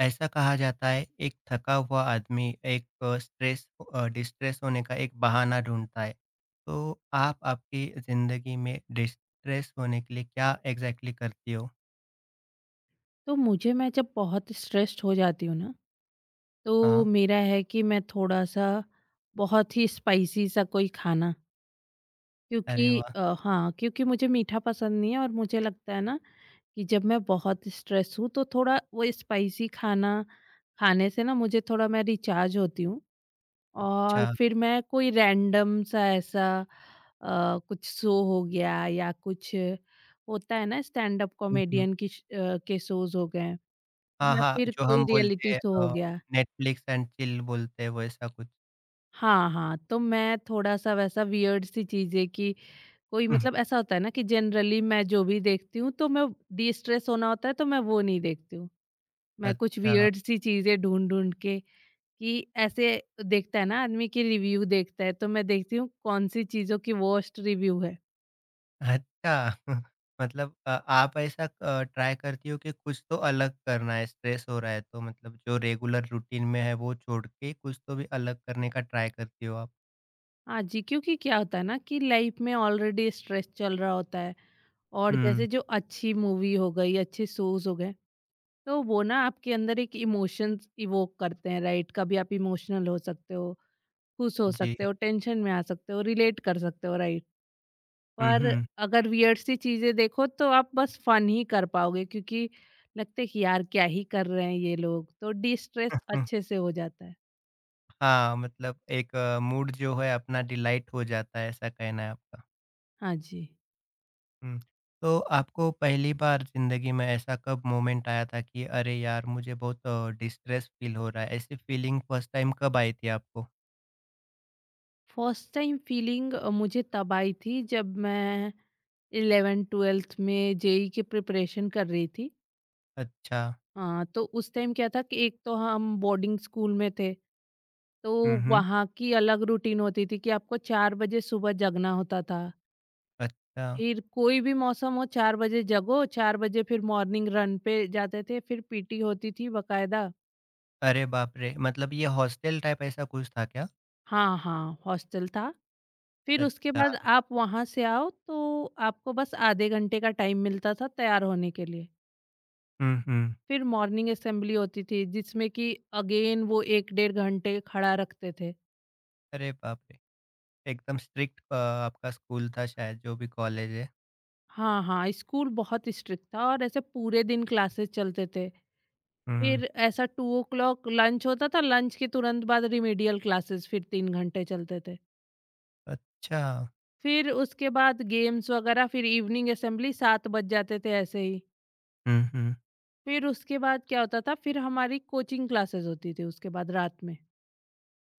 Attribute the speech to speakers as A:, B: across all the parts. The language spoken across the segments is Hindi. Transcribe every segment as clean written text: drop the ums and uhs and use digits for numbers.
A: ऐसा कहा जाता है एक थका हुआ आदमी एक स्ट्रेस डिस्ट्रेस होने का एक बहाना ढूंढता है। तो आप आपकी ज़िंदगी में डिस्ट्रेस होने के लिए क्या एग्ज़ैक्टली करती हो?
B: तो मुझे मैं जब बहुत स्ट्रेस्ड हो जाती हूँ ना, तो
A: हाँ।
B: मेरा है कि मैं थोड़ा-सा बहुत ही स्पाइसी सा कोई खाना,
A: अरे
B: क्योंकि
A: वाह!
B: अ, हाँ, क्योंकि मुझे मीठा पसंद नहीं है। और मुझे लगता है ना कि जब मैं बहुत स्ट्रेस हूँ तो थोड़ा वो स्पाइसी खाना खाने से ना मुझे थोड़ा मैं रिचार्ज होती हूँ। और
A: अच्छा।
B: फिर मैं कोई रैंडम सा ऐसा कुछ शो हो गया या कुछ होता है ना, स्टैंड अप
A: हुँ, हुँ।
B: कॉमेडियन की के शोज़ हो गए।
A: हाँ,
B: या
A: हाँ,
B: फिर
A: जो
B: कोई
A: हम बोलते
B: रियलिटी
A: हैं
B: शो हो गया।
A: नेटफ्लिक्स एंड चिल बोलते हैं वैसा कुछ।
B: हाँ, हाँ, तो मैं थोड़ा-सा वैसा वियर्ड सी चीज़ें कि कोई
A: हम्म।
B: मतलब ऐसा होता है ना कि जनरली मैं जो भी देखती हूँ, तो मैं डिस्ट्रेस होना होता है तो मैं वो नहीं देखती हूँ। मैं कुछ
A: अच्छा।
B: वियर्ड सी चीज़ें ढूँढ-ढूँढ के कि ऐसे देखता है ना आदमी कि रिव्यू देखता है, तो मैं देखती हूँ कौन सी चीज़ों की वर्स्ट रिव्यू है।
A: अच्छा। मतलब आप ऐसा ट्राई करती हो कि कुछ तो अलग करना है, स्ट्रेस हो रहा है तो मतलब जो रेगुलर रूटीन में है वो छोड़ के कुछ तो भी अलग करने का ट्राई करती हो आप।
B: हाँ जी, क्योंकि क्या होता है ना कि लाइफ़ में ऑलरेडी स्ट्रेस चल रहा होता है, और
A: हुँ,
B: जैसे जो अच्छी मूवी हो गई, अच्छे शोज़ हो गए, तो वो ना आपके अंदर एक इमोशंस इवोक करते हैं, राइट? कभी आप इमोशनल हो सकते हो, खुश हो
A: जी।
B: सकते हो, टेंशन में आ सकते हो, रिलेट कर सकते हो, राइट?
A: हुँ,
B: पर
A: हुँ।
B: अगर वियर्ड सी चीजें देखो तो आप बस फन ही कर पाओगे, क्योंकि लगता है कि यार क्या ही कर रहे हैं ये लोग, तो डिस्ट्रेस अच्छे से हो जाता है।
A: हाँ, मतलब एक मूड जो है अपना डिलाइट हो जाता है ऐसा कहना है आपका।
B: हाँ जी।
A: हुँ, तो आपको पहली बार ज़िंदगी में ऐसा कब मोमेंट आया था कि अरे यार मुझे बहुत डिस्ट्रेस फ़ील हो रहा है? ऐसी फ़ीलिंग फर्स्ट टाइम कब आई थी आपको?
B: फर्स्ट टाइम फीलिंग मुझे तब आई थी जब मैं इलेवेंथ ट्वेल्थ में जेई की प्रिपरेशन कर रही थी।
A: अच्छा।
B: हाँ, तो उस टाइम क्या था कि एक तो हम बोर्डिंग स्कूल में थे, तो
A: हुँ, हुँ।
B: वहाँ की अलग रूटीन होती थी कि आपको 4 बजे सुबह जगना होता था।
A: अच्छा।
B: फिर कोई भी मौसम हो, 4 बजे जगो, 4 बजे फिर मॉर्निंग रन पे जाते थे, फिर पीटी होती थी बकायदा।
A: अरे बाप रे! मतलब ये हॉस्टल टाइप ऐसा कुछ था क्या?
B: हाँ, हाँ, हॉस्टल था। फिर उसके बाद
A: अच्छा।
B: आप वहाँ से आओ तो आपको बस आधे घंटे का टाइम मिलता था तैयार होने के लिए।
A: हुँ, हुँ।
B: फिर मॉर्निंग असेंबली होती थी जिसमें कि अगेन वो 1 डेढ़ घंटे खड़ा रखते थे।
A: अरे बाप रे! एकदम स्ट्रिक्ट आपका स्कूल था शायद जो भी कॉलेज है।
B: हाँ, हाँ, स्कूल बहुत स्ट्रिक्ट था, और ऐसे पूरे दिन क्लासेस चलते थे।
A: हुँ,
B: फिर ऐसा 2 ओ क्लॉक लंच होता था, लंच के तुरंत बाद रिमेडियल क्लासेस फिर 3 घंटे चलते थे।
A: अच्छा।
B: फिर उसके बाद गेम्स वगैरह, फिर इवनिंग असेंबली, 7 बज जाते थे ऐसे ही।
A: हुँ, हुँ।
B: फिर उसके बाद क्या होता था, फिर हमारी कोचिंग क्लासेस होती थी उसके बाद रात में।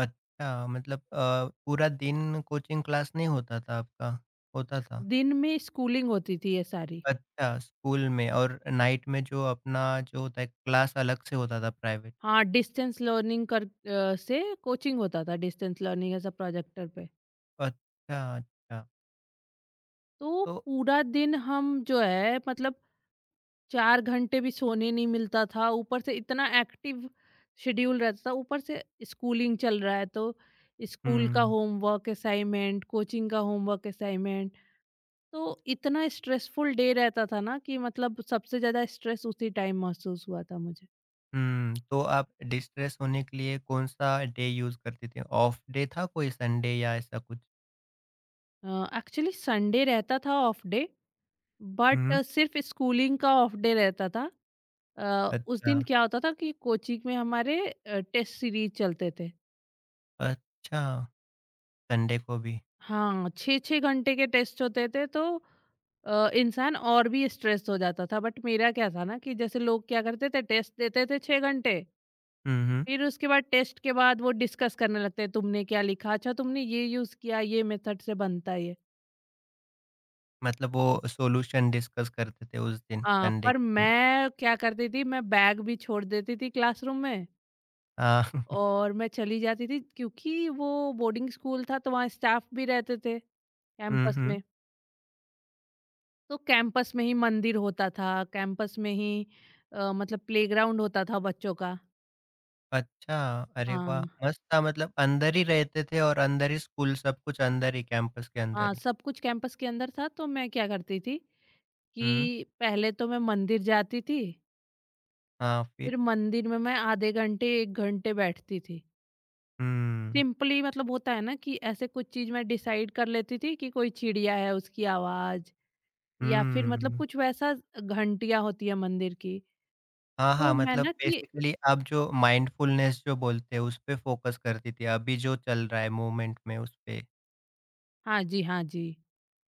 A: अच्छा मतलब पूरा दिन कोचिंग क्लास नहीं होता था आपका? होता था?
B: दिन में स्कूलिंग होती थी ये सारी।
A: अच्छा, स्कूल में और नाइट में जो अपना जो होता है क्लास अलग से होता था प्राइवेट।
B: हाँ, डिस्टेंस लर्निंग से कोचिंग होता था, distance learning as a projector पे।
A: अच्छा, अच्छा।
B: तो
A: तो
B: पूरा दिन हम जो है मतलब 4 घंटे भी सोने नहीं मिलता था, ऊपर से इतना एक्टिव शेड्यूल रहता था, ऊपर से स्कूलिंग चल रहा है, तो स्कूल का
A: हुँ।
B: होमवर्क असाइनमेंट, कोचिंग का होमवर्क असाइनमेंट, तो इतना स्ट्रेसफुल डे रहता था ना कि मतलब सबसे ज़्यादा स्ट्रेस उसी टाइम महसूस हुआ था मुझे।
A: हुँ, तो आप डिस्ट्रेस होने के लिए कौन-सा डे यूज़ करते थे? ऑफ डे था कोई संडे या ऐसा कुछ?
B: अ, एक्चुअली संडे रहता था ऑफ डे, बट
A: हुँ।
B: सिर्फ़ स्कूलिंग का ऑफ डे रहता था। उस
A: अच्छा,
B: दिन क्या होता था कि कोचिंग में हमारे टेस्ट सीरीज़ चलते थे।
A: अच्छा। संडे को भी।
B: हाँ, 6-6 घंटे के टेस्ट होते थे, तो इंसान और भी स्ट्रेस हो जाता था। बट मेरा क्या था ना कि जैसे लोग क्या करते थे, टेस्ट देते थे 6 घंटे,
A: हुँ, हुँ,
B: फिर उसके बाद टेस्ट के बाद वो डिस्कस करने लगते हैं, तुमने क्या लिखा? अच्छा तुमने ये यूज़ किया, ये मेथड से बनता है ये।
A: मतलब वो सॉल्यूशन डिस्कस करते थे उस दिन
B: हाँ,
A: संडे
B: पर
A: के दिन।
B: मैं क्या करती थी, मैं बैग भी छोड़ देती थी क्लासरूम में,
A: हाँ।
B: और मैं चली जाती थी क्योंकि वो बोर्डिंग स्कूल था तो वहाँ स्टाफ भी रहते थे
A: हुँ,
B: कैंपस
A: हुँ।
B: में। तो कैंपस में ही मंदिर होता था, कैंपस में ही मतलब प्लेग्राउंड होता था बच्चों का।
A: अच्छा, अरे वाह!
B: हाँ।
A: मस्त था मतलब अंदर ही रहते थे और अंदर ही स्कूल सब कुछ अंदर ही कैंपस के
B: हाँ,
A: अंदर ही।
B: सब कुछ कैंपस के अंदर था, तो मैं क्या करती थी
A: हुँ।
B: कि पहले तो मैं मंदिर जाती थी,
A: हाँ, फिर?
B: फिर मंदिर में मैं आधे घंटे, 1 घंटे बैठती थी।
A: हुँ,
B: सिंपली मतलब होता है ना कि ऐसे कुछ चीज़ मैं डिसाइड कर लेती थी कि कोई चिड़िया है, उसकी आवाज़, या फिर मतलब
A: हुँ।
B: कुछ वैसा, घंटियाँ होती है मंदिर की।
A: हाँ,
B: तो
A: हाँ,
B: मैं
A: मतलब
B: ना कि
A: बेसिकली आप जो माइंडफुलनेस जो बोलते हैं उसपे फ़ोकस करती थी, अभी जो चल रहा है मोमेंट में उसपे।
B: हाँ जी, हाँ जी।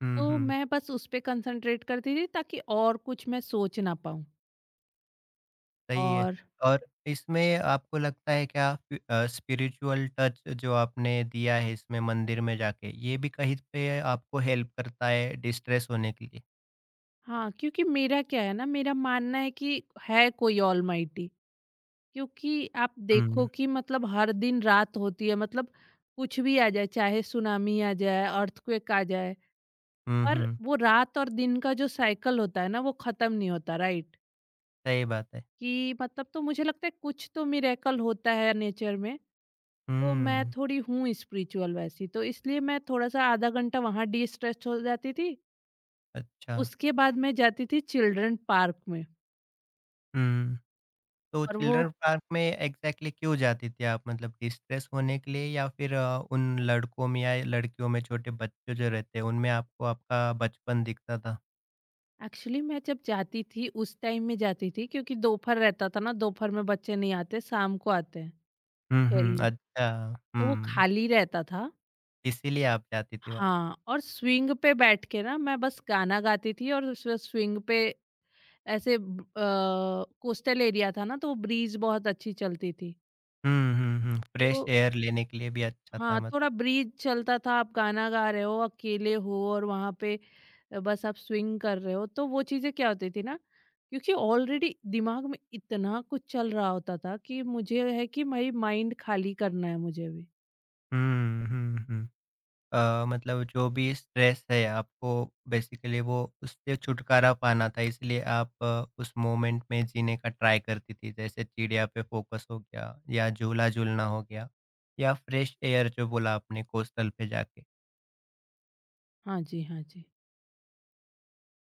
A: हुँ,
B: तो
A: हुँ,
B: मैं बस उस पे कंसंट्रेट करती थी ताकि और कुछ मैं सोच ना पाऊँ।
A: सही है।
B: और
A: और इसमें आपको लगता है क्या स्पिरिचुअल टच जो आपने दिया है इसमें मंदिर में जाके, ये भी कहीं पे आपको हेल्प करता है डिस्ट्रेस होने के लिए?
B: हाँ, क्योंकि मेरा क्या है ना, मेरा मानना है कि है कोई ऑलमाइटी। क्योंकि आप देखो
A: हुँ।
B: कि मतलब हर दिन रात होती है, मतलब कुछ भी आ जाए, चाहे सुनामी आ जाए, अर्थक्वेक आ जाए,
A: हुँ,
B: पर
A: हुँ,
B: वो रात और दिन का जो साइकिल होता है ना, वो खत्म नहीं होता, राइट?
A: सही बात है।
B: कि मतलब तो मुझे लगता है कुछ तो मिरेकल होता है नेचर में। तो मैं
A: हुँ,
B: थोड़ी हूँ स्पिरिचुअल वैसी, तो इसलिए मैं थोड़ा-सा आधा घंटा वहाँ डिस्ट्रेस हो जाती थी।
A: अच्छा,
B: उसके बाद मैं जाती थी चिल्ड्रन पार्क में।
A: हुँ। तो
B: और वो
A: चिल्ड्रन पार्क में एग्ज़ैक्टली क्यों जाती थी आप? मतलब डिस्ट्रेस होने के लिए या फिर उन लड़कों में या लड़कियों में छोटे बच्चे जो रहते हैं, उनमें आपको आपका बचपन दिखता था?
B: एक्चुअली मैं जब जाती थी उस टाइम में जाती थी, क्योंकि दोपहर रहता था ना, दोपहर में बच्चे नहीं आते, शाम को आते हैं
A: हुँ, हुँ,
B: खेलने।
A: अच्छा।
B: तो वो
A: हुँ,
B: खाली रहता था।
A: इसीलिए आप जाती थी वहाँ।
B: हाँ, और स्विंग पे बैठ के ना मैं बस गाना गाती थी, और उस स्विंग पे ऐसे कोस्टल एरिया था ना, तो ब्रीज़ बहुत अच्छी चलती थी।
A: हुँ, हुँ, हुँ,
B: तो
A: फ्रेश एयर लेने के लिए भी अच्छा
B: हाँ,
A: था
B: थोड़ा
A: मतलब।
B: ब्रीज चलता था, आप गाना गा रहे हो, अकेले हो, और वहाँ पे बस आप स्विंग कर रहे हो, तो वो चीज़ें क्या होती थी ना, क्योंकि ऑलरेडी दिमाग में इतना कुछ चल रहा होता था, कि मुझे है कि भाई माइंड खाली करना है मुझे अभी।
A: हुँ, हुँ, हुँ। मतलब जो भी स्ट्रेस है आपको बेसिकली वो उससे छुटकारा पाना था इसलिए आप उस मोमेंट में जीने का ट्राई करती थी जैसे चिड़िया पे फोकस हो गया या झूला झूलना हो गया या फ्रेश एयर जो बोला आपने कोस्टल पे जाके।
B: हाँ जी, हाँ जी।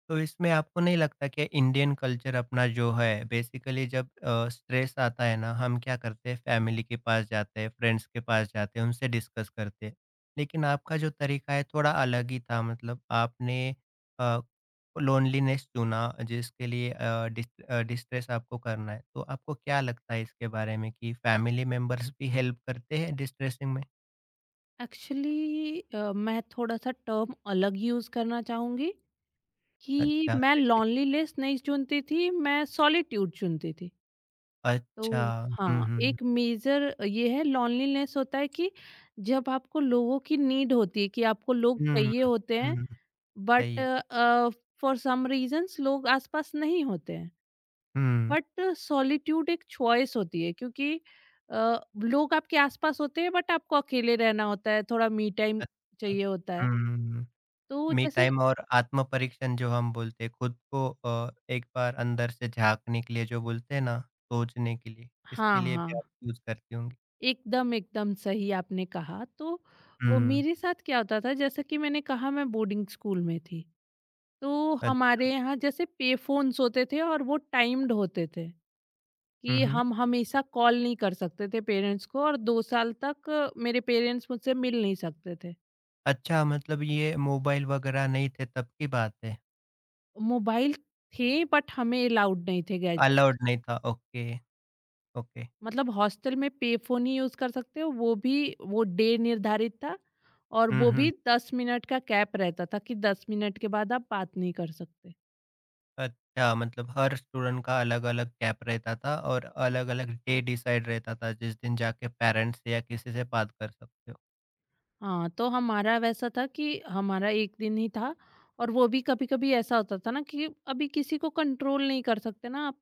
A: तो इसमें आपको नहीं लगता कि इंडियन कल्चर अपना जो है बेसिकली जब स्ट्रेस आता है ना हम क्या करते हैं फैमिली के पास जाते हैं फ्रेंड्स के पास जाते हैं उनसे डिस्कस करते हैं लेकिन आपका जो तरीका है थोड़ा अलग ही था मतलब आपने लोनलीनेस चुना जिसके लिए डिस्ट्रेस आपको करना है तो आपको क्या लगता है इसके बारे में कि फैमिली मेंबर्स भी हेल्प करते हैं डिस्ट्रेसिंग में।
B: एक्चुअली मैं थोड़ा-सा टर्म अलग यूज़ करना चाहूँगी कि
A: अच्छा
B: मैं
A: जैसे कि।
B: लॉनलीनेस नहीं चुनती थी, मैं सॉलिट्यूड चुनती थी।
A: अच्छा।
B: तो
A: हम्म,
B: हाँ,
A: हम्म।
B: एक मेजर ये है, लोनलीनेस होता है कि जब आपको लोगों की नीड होती है, कि आपको लोग
A: हम्म,
B: चाहिए होते हैं,
A: हम्म,
B: बट
A: सही है।
B: फॉर सम रीजंस लोग आसपास नहीं होते हैं।
A: हम्म।
B: बट सॉलिट्यूड एक चॉइस होती है, क्योंकि लोग आपके आसपास होते हैं, बट आपको अकेले रहना होता है, थोड़ा मी टाइम
A: अच्छा।
B: चाहिए होता है।
A: हुँ,
B: तो
A: मी
B: जैसे
A: टाइम और आत्म-परीक्षण जो हम बोलते हैं, खुद को एक बार अंदर से झाँकने के लिए जो बोलते हैं ना, सोचने के लिए, इसके
B: हाँ,
A: लिए भी
B: हाँ।
A: आप यूज़ करती होंगी।
B: एकदम, एकदम सही आपने कहा। तो
A: हुँ,
B: मेरे साथ क्या होता था, जैसा कि मैंने कहा मैं बोर्डिंग स्कूल में थी। तो
A: अच
B: हमारे यहाँ जैसे पे फ़ोन्स होते थे, और वो टाइम्ड होते थे
A: हुँ,
B: कि
A: हुँ।
B: हम हमेशा कॉल नहीं कर सकते थे पेरेंट्स को, और 2 साल तक मेरे पेरेंट्स मुझसे मिल नहीं सकते थे।
A: अच्छा मतलब ये मोबाइल वगैरह नहीं थे तब की बात है?
B: मोबाइल थे, बट हमें अलाउड नहीं थे गैजेट्स।
A: अलाउड नहीं था, ओके, ओके।
B: मतलब हॉस्टल में पेफ़ोन ही यूज़ कर सकते हो, वो भी वो डे निर्धारित था, और
A: हुँ,
B: वो भी
A: हुँ।
B: 10 मिनट का कैप रहता था कि 10 मिनट के बाद आप बात नहीं कर सकते।
A: अच्छा मतलब हर स्टूडेंट का अलग-अलग कैप रहता था और अलग-अलग डे डिसाइड रहता था, जिस दिन जाके पेरेंट्स से या किसी से बात कर सकते हो।
B: हाँ, तो हमारा वैसा था कि हमारा 1 दिन ही था, और वो भी कभी-कभी ऐसा होता था ना कि अभी किसी को कंट्रोल नहीं कर सकते ना आप,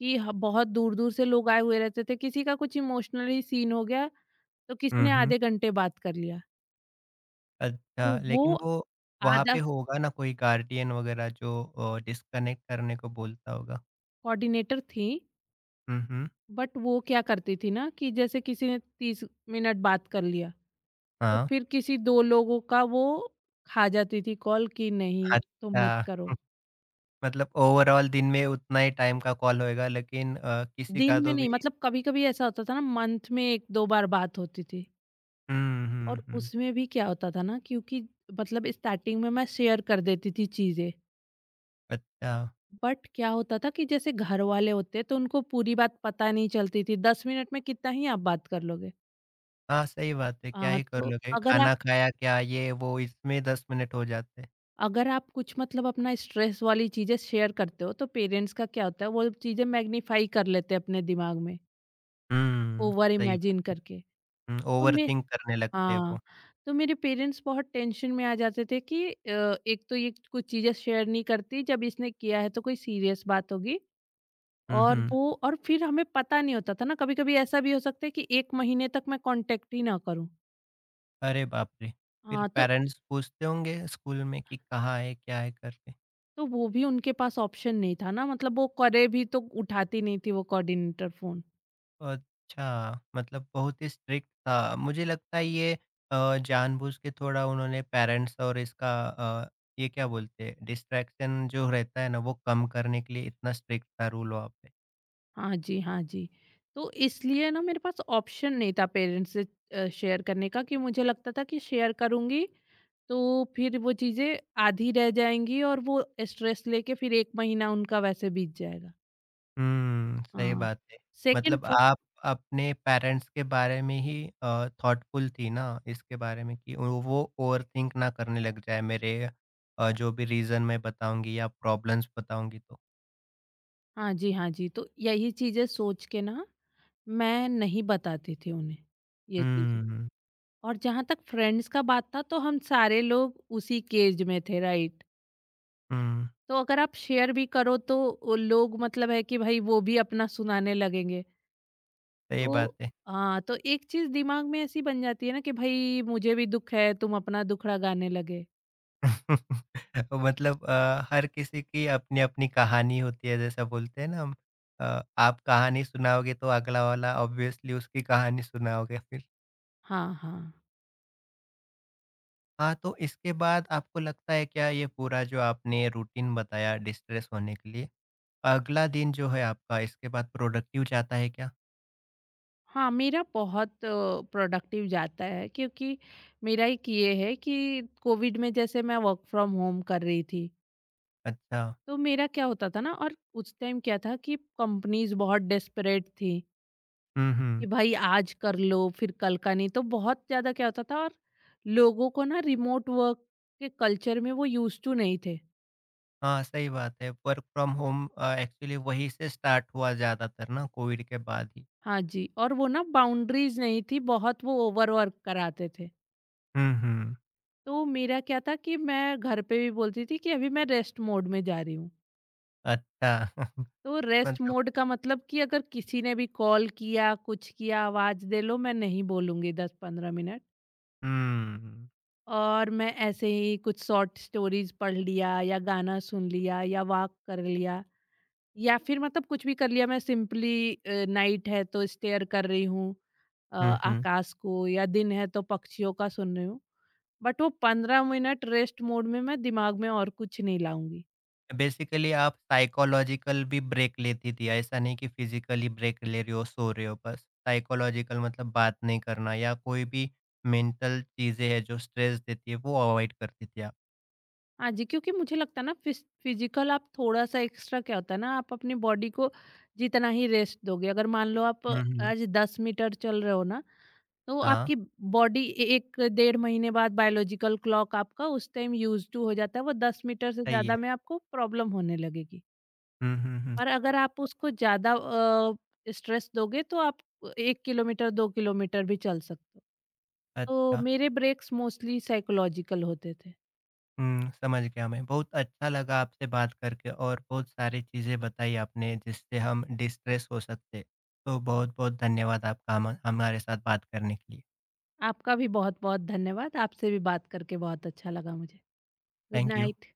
B: कि ह बहुत दूर-दूर से लोग आए हुए रहते थे, किसी का कुछ इमोशनली सीन हो गया, तो किसी
A: हुँ,
B: ने
A: हुँ।
B: आधे घंटे बात कर लिया। तो
A: अच्छा,
B: वो
A: लेकिन वो वहाँ
B: आधा
A: पे होगा ना कोई गार्डियन वगैरह जो डिस्कनेक्ट करने को बोलता होगा।
B: कोऑर्डिनेटर थी,
A: हुँ, हुँ,
B: बट वो क्या करती थी ना कि जैसे किसी ने 30 मिनट बात कर लिया, तो
A: हाँ,
B: फिर किसी दो लोगों का वो खा जाती थी कॉल, कि
A: अच्छा।
B: नहीं तुम मत करो।
A: हम्म, मतलब ओवरऑल दिन में उतना ही टाइम का कॉल होएगा लेकिन किसी
B: दिन
A: का
B: में
A: तो
B: नहीं,
A: भी
B: मतलब कभी कभी ऐसा होता था ना, मंथ में एक दो बार बात होती थी,
A: हुँ, हुँ,
B: और
A: हुँ,
B: उसमें भी क्या होता था ना, क्योंकि मतलब स्टार्टिंग में मैं शेयर कर देती थी चीजें,
A: अच्छा।
B: बट क्या होता था कि जैसे घर वाले होते तो उनको पूरी बात पता नहीं चलती थी, 10 मिनट में कितना ही आप बात कर लोगे।
A: हाँ, सही बात है,
B: आ,
A: क्या ही कर
B: तो
A: लोगे?
B: अगर आप
A: खाना खाया क्या ये वो इसमें 10 मिनट हो जाते हैं।
B: अगर आप कुछ मतलब अपना स्ट्रेस वाली चीज़ें शेयर करते हो, तो पेरेंट्स का क्या होता है, वो चीज़ें मैग्नीफाई कर लेते हैं अपने दिमाग में
A: हुँ,
B: ओवर
A: सही बात
B: इमेजिन
A: है।
B: करके।
A: हुँ,
B: तो मैं
A: ओवरथिंक करने लगते हैं
B: हाँ,
A: वो।
B: तो मेरे पेरेंट्स बहुत टेंशन में आ जाते थे कि एक तो ये कुछ चीज़ें शेयर नहीं करती, जब इसने किया है तो कोई सीरियस बात होगी,
A: हुँ,
B: और
A: हुँ।
B: वो, और फिर हमें पता नहीं होता था ना, कभी कभी ऐसा भी हो सकता है कि एक महीने तक मैं कांटेक्ट ही ना करूं।
A: अरे बाप रे! फिर
B: हाँ, तो
A: पेरेंट्स पूछते होंगे स्कूल में कि कहाँ है, क्या है करके?
B: तो वो भी उनके पास ऑप्शन नहीं था ना, मतलब वो करे भी तो उठाती नहीं थी वो कोऑर्डिनेटर फोन।
A: अच्छा, मतलब बहुत ही स्ट्रिक्ट था। मुझे लगता है ये जानबूझ के थोड़ा उन्होंने पेरेंट्स और इसका ये क्या बोलते हैं डिस्ट्रैक्शन जो रहता है ना, वो कम करने के लिए इतना स्ट्रिक्ट था रूल वहाँ पे।
B: हाँ जी, हाँ जी। तो इसलिए ना मेरे पास ऑप्शन नहीं था पेरेंट्स से शेयर करने का, कि मुझे लगता था कि शेयर करूँगी तो फिर वो चीज़ें आधी रह जाएँगी, और वो स्ट्रेस लेके फिर 1 महीना उनका वैसे बीत जाएगा।
A: हुँ, सही
B: हाँ,
A: बात है।
B: सेकंड
A: मतलब
B: फ
A: आप अपने पेरेंट्स के बारे में ही थॉटफुल थी ना इसके बारे में कि वो ओवरथिंक ना करने लग जाए मेरे जो भी रीज़न मैं बताऊँगी या प्रॉब्लम्स बताऊँगी तो।
B: हाँ जी, हाँ जी। तो यही चीज़ें सोच के ना मैं नहीं बताती थी उन्हें ये चीज़ें।
A: हुँ,
B: और जहाँ तक फ्रेंड्स का बात था, तो हम सारे लोग उसी केज में थे, राइट?
A: हुँ,
B: तो अगर आप शेयर भी करो, तो वो लोग मतलब है कि भाई वो भी अपना सुनाने लगेंगे।
A: सही बात
B: तो
A: है।
B: हाँ, तो एक चीज दिमाग में ऐसी बन जाती है ना कि भाई मुझे भी दुख है, तुम अपना दुखड़ा गाने लगे।
A: मतलब हर किसी की अपनी-अपनी कहानी होती है जैसा बोलते हैं ना हम। आप कहानी सुनाओगे तो अगला वाला ऑब्वियसली उसकी कहानी सुनाओगे फिर।
B: हाँ, हाँ।
A: हाँ, तो इसके बाद आपको लगता है क्या ये पूरा जो आपने रूटीन बताया डिस्ट्रेस होने के लिए, अगला दिन जो है आपका इसके बाद प्रोडक्टिव जाता है क्या?
B: हाँ, मेरा बहुत प्रोडक्टिव जाता है क्योंकि मेरा एक ये है कि कोविड में जैसे मैं वर्क फ्रॉम होम कर रही थी।
A: अच्छा।
B: तो मेरा क्या होता था ना, और उस टाइम क्या था कि कंपनीज बहुत डेस्परेट थी
A: हुँ,
B: कि
A: हुँ।
B: भाई आज कर लो फिर कल का नहीं, तो बहुत ज्यादा क्या होता था, और लोगों को ना रिमोट वर्क के कल्चर में वो यूज टू नहीं थे।
A: हाँ, सही बात है। वर्क फ्रॉम होम एक्चुअली वहीं से स्टार्ट हुआ ज़्यादातर ना कोविड के बाद ही।
B: हाँ जी, और वो ना बाउंड्रीज नहीं थी, बहुत वो ओवर वर्क कराते थे।
A: हुँ, हुँ।
B: तो मेरा क्या था कि मैं घर पे भी बोलती थी कि अभी मैं रेस्ट मोड में जा रही हूँ।
A: अच्छा।
B: तो रेस्ट
A: मतलब
B: मोड का मतलब कि अगर किसी ने भी कॉल किया कुछ किया, आवाज दे लो, मैं नहीं बोलूंगी 10-15 मिनट।
A: हुँ, हुँ,
B: और मैं ऐसे ही कुछ शॉर्ट स्टोरीज पढ़ लिया या गाना सुन लिया या वॉक कर लिया, या फिर मतलब कुछ भी कर लिया। मैं सिंपली नाइट है तो स्टेयर कर रही हूँ
A: हुँ, हुँ।
B: आकाश को, या दिन है तो पक्षियों का सुन रही हूँ। बट वो 15 मिनट रेस्ट मोड में मैं दिमाग में और कुछ नहीं लाऊंगी।
A: बेसिकली आप साइकोलॉजिकल भी ब्रेक लेती थी, ऐसा नहीं कि फिजिकली ब्रेक ले रही हो, सो रहे हो बस। साइकोलॉजिकल मतलब बात नहीं करना या कोई भी मेंटल चीज़ें हैं जो स्ट्रेस देती है, वो अवॉइड करती थी आप।
B: हाँ जी, क्योंकि मुझे लगता है ना फिजिकल आप थोड़ा सा एक्स्ट्रा क्या होता है ना, आप अपनी बॉडी को जितना ही रेस्ट दोगे, अगर मान लो आप
A: हुँ, हुँ।
B: आज 10 मीटर चल रहे हो ना, तो
A: हाँ,
B: आपकी बॉडी एक डेढ़ महीने बाद, बायोलॉजिकल क्लॉक आपका उस टाइम यूज टू हो जाता है, वो 10 मीटर से
A: सही है।
B: ज्यादा में आपको प्रॉब्लम होने लगेगी।
A: हुँ, हुँ, हुँ।
B: और अगर आप उसको ज़्यादा स्ट्रेस दोगे तो आप 1 किलोमीटर 2 किलोमीटर भी चल सकते हो। तो
A: अच्छा,
B: मेरे ब्रेक्स मोस्टली साइकोलॉजिकल होते थे।
A: हुँ, समझ गया मैं। बहुत अच्छा लगा आपसे बात करके और बहुत सारी चीज़ें बताई आपने जिससे हम डिस्ट्रेस हो सकते हैं। तो बहुत-बहुत धन्यवाद आपका हम हमारे साथ बात करने के लिए।
B: आपका भी बहुत-बहुत धन्यवाद। आपसे भी बात करके बहुत अच्छा लगा मुझे। Good
A: thank you.
B: नाइट।